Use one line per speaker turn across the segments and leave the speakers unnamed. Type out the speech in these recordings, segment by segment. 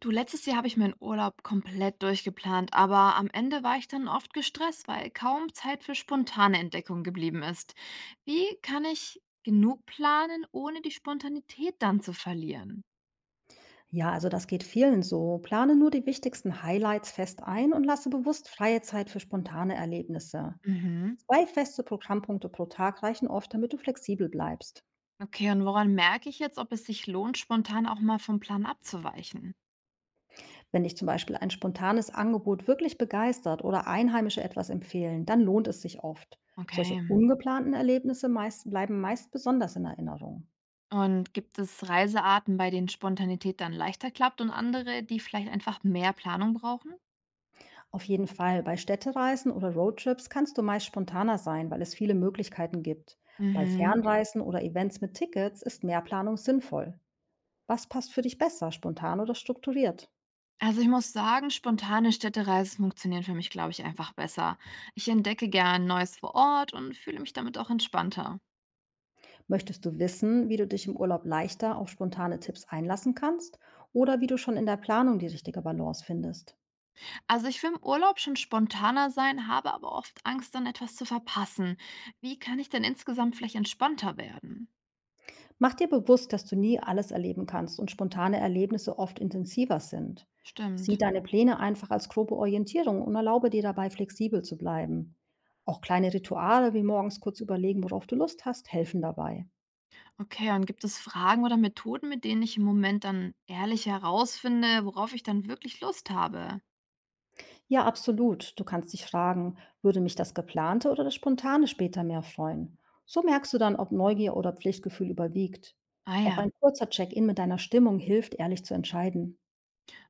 Du, letztes Jahr habe ich meinen Urlaub komplett durchgeplant, aber am Ende war ich dann oft gestresst, weil kaum Zeit für spontane Entdeckung geblieben ist. Wie kann ich genug planen, ohne die Spontanität dann zu verlieren?
Ja, also das geht vielen so. Plane nur die wichtigsten Highlights fest ein und lasse bewusst freie Zeit für spontane Erlebnisse.
Mhm.
Zwei feste Programmpunkte pro Tag reichen oft, damit du flexibel bleibst.
Okay, und woran merke ich jetzt, ob es sich lohnt, spontan auch mal vom Plan abzuweichen?
Wenn dich zum Beispiel ein spontanes Angebot wirklich begeistert oder Einheimische etwas empfehlen, dann lohnt es sich oft. Solche
Okay.
bleiben meist besonders in Erinnerung.
Und gibt es Reisearten, bei denen Spontanität dann leichter klappt und andere, die vielleicht einfach mehr Planung brauchen?
Auf jeden Fall. Bei Städtereisen oder Roadtrips kannst du meist spontaner sein, weil es viele Möglichkeiten gibt. Bei
Mhm.
Fernreisen oder Events mit Tickets ist mehr Planung sinnvoll. Was passt für dich besser, spontan oder strukturiert?
Also, ich muss sagen, spontane Städtereisen funktionieren für mich, glaube ich, einfach besser. Ich entdecke gern Neues vor Ort und fühle mich damit auch entspannter.
Möchtest du wissen, wie du dich im Urlaub leichter auf spontane Tipps einlassen kannst oder wie du schon in der Planung die richtige Balance findest?
Also, ich will im Urlaub schon spontaner sein, habe aber oft Angst, dann etwas zu verpassen. Wie kann ich denn insgesamt vielleicht entspannter werden?
Mach dir bewusst, dass du nie alles erleben kannst und spontane Erlebnisse oft intensiver sind. Sieh
Stimmt.
deine Pläne einfach als grobe Orientierung und erlaube dir dabei flexibel zu bleiben. Auch kleine Rituale wie morgens kurz überlegen, worauf du Lust hast, helfen dabei.
Okay, und gibt es Fragen oder Methoden, mit denen ich im Moment dann ehrlich herausfinde, worauf ich dann wirklich Lust habe?
Ja, absolut. Du kannst dich fragen, würde mich das geplante oder das spontane später mehr freuen? So merkst du dann, ob Neugier oder Pflichtgefühl überwiegt.
Ah
Auch
ja.
ein kurzer Check-in mit deiner Stimmung hilft, ehrlich zu entscheiden.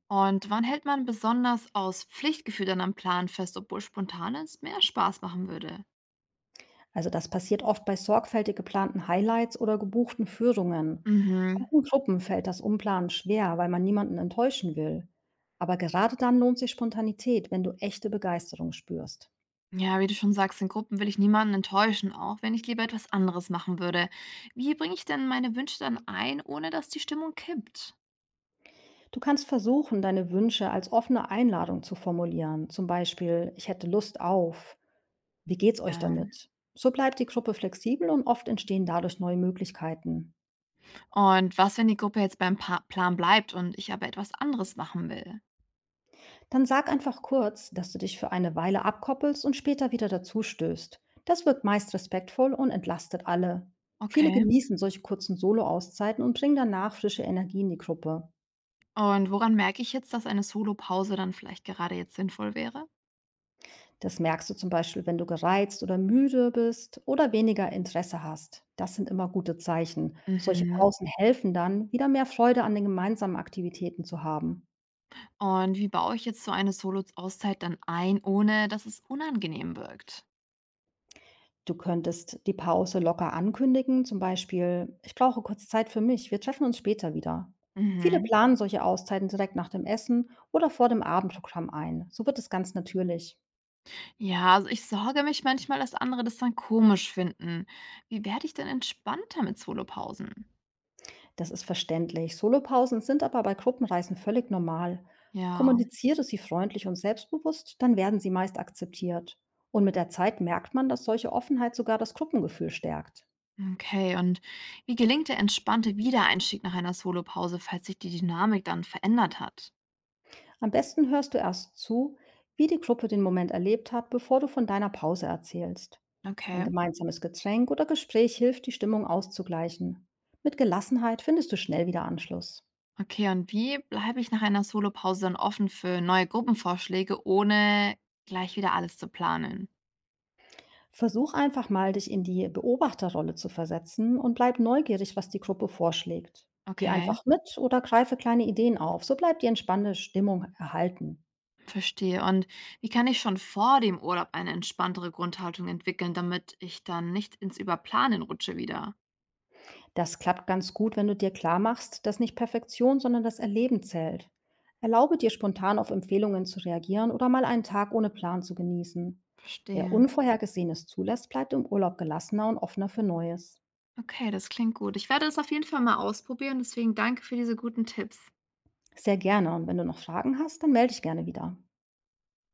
Und wann hält man besonders aus Pflichtgefühl dann am Plan fest, obwohl spontanes mehr Spaß machen würde?
Also das passiert oft bei sorgfältig geplanten Highlights oder gebuchten Führungen.
Mhm.
Auch in Gruppen fällt das Umplanen schwer, weil man niemanden enttäuschen will. Aber gerade dann lohnt sich Spontanität, wenn du echte Begeisterung spürst.
Ja, wie du schon sagst, in Gruppen will ich niemanden enttäuschen, auch wenn ich lieber etwas anderes machen würde. Wie bringe ich denn meine Wünsche dann ein, ohne dass die Stimmung kippt?
Du kannst versuchen, deine Wünsche als offene Einladung zu formulieren. Zum Beispiel, ich hätte Lust auf. Wie geht's euch
Ja.
damit? So bleibt die Gruppe flexibel und oft entstehen dadurch neue Möglichkeiten.
Und was, wenn die Gruppe jetzt beim pa Plan bleibt und ich aber etwas anderes machen will?
Dann sag einfach kurz, dass du dich für eine Weile abkoppelst und später wieder dazustößt. Das wirkt meist respektvoll und entlastet alle. Viele
Okay.
genießen solche kurzen Solo-Auszeiten und bringen danach frische Energie in die Gruppe.
Und woran merke ich jetzt, dass eine Solopause dann vielleicht gerade jetzt sinnvoll wäre?
Das merkst du zum Beispiel, wenn du gereizt oder müde bist oder weniger Interesse hast. Das sind immer gute Zeichen. Solche
Mhm.
Pausen helfen dann, wieder mehr Freude an den gemeinsamen Aktivitäten zu haben.
Und wie baue ich jetzt so eine Solo-Auszeit dann ein, ohne dass es unangenehm wirkt?
Du könntest die Pause locker ankündigen, zum Beispiel: „Ich brauche kurz Zeit für mich. Wir treffen uns später wieder.“ Viele
Mhm.
planen solche Auszeiten direkt nach dem Essen oder vor dem Abendprogramm ein. So wird es ganz natürlich.
Ja, also ich sorge mich manchmal, dass andere das dann komisch finden. Wie werde ich denn entspannter mit Solopausen?
Das ist verständlich. Solopausen sind aber bei Gruppenreisen völlig normal.
Ja,
Kommuniziere sie freundlich und selbstbewusst, dann werden sie meist akzeptiert. Und mit der Zeit merkt man, dass solche Offenheit sogar das Gruppengefühl stärkt.
okay. Und wie gelingt der entspannte Wiedereinstieg nach einer Solopause, falls sich die Dynamik dann verändert hat?
Am besten hörst du erst zu, wie die Gruppe den Moment erlebt hat, bevor du von deiner Pause erzählst. Ein
Okay.
gemeinsames Getränk oder Gespräch hilft, die Stimmung auszugleichen. Mit Gelassenheit findest du schnell wieder Anschluss.
Okay, und wie bleibe ich nach einer Solopause dann offen für neue Gruppenvorschläge, ohne gleich wieder alles zu planen?
Versuch einfach mal, dich in die Beobachterrolle zu versetzen und bleib neugierig, was die Gruppe vorschlägt. Geh
Okay,
einfach mit oder greife kleine Ideen auf, so bleibt die entspannte Stimmung erhalten.
verstehe. Und wie kann ich schon vor dem Urlaub eine entspanntere Grundhaltung entwickeln, damit ich dann nicht ins Überplanen rutsche wieder?
Das klappt ganz gut, wenn du dir klar machst, dass nicht Perfektion, sondern das Erleben zählt. Erlaube dir spontan auf Empfehlungen zu reagieren oder mal einen Tag ohne Plan zu genießen. Wer
Verstehe.
Unvorhergesehenes zulässt, bleibt im Urlaub gelassener und offener für Neues.
Okay, das klingt gut. Ich werde das auf jeden Fall mal ausprobieren, deswegen danke für diese guten Tipps.
Sehr gerne und wenn du noch Fragen hast, dann melde dich gerne wieder.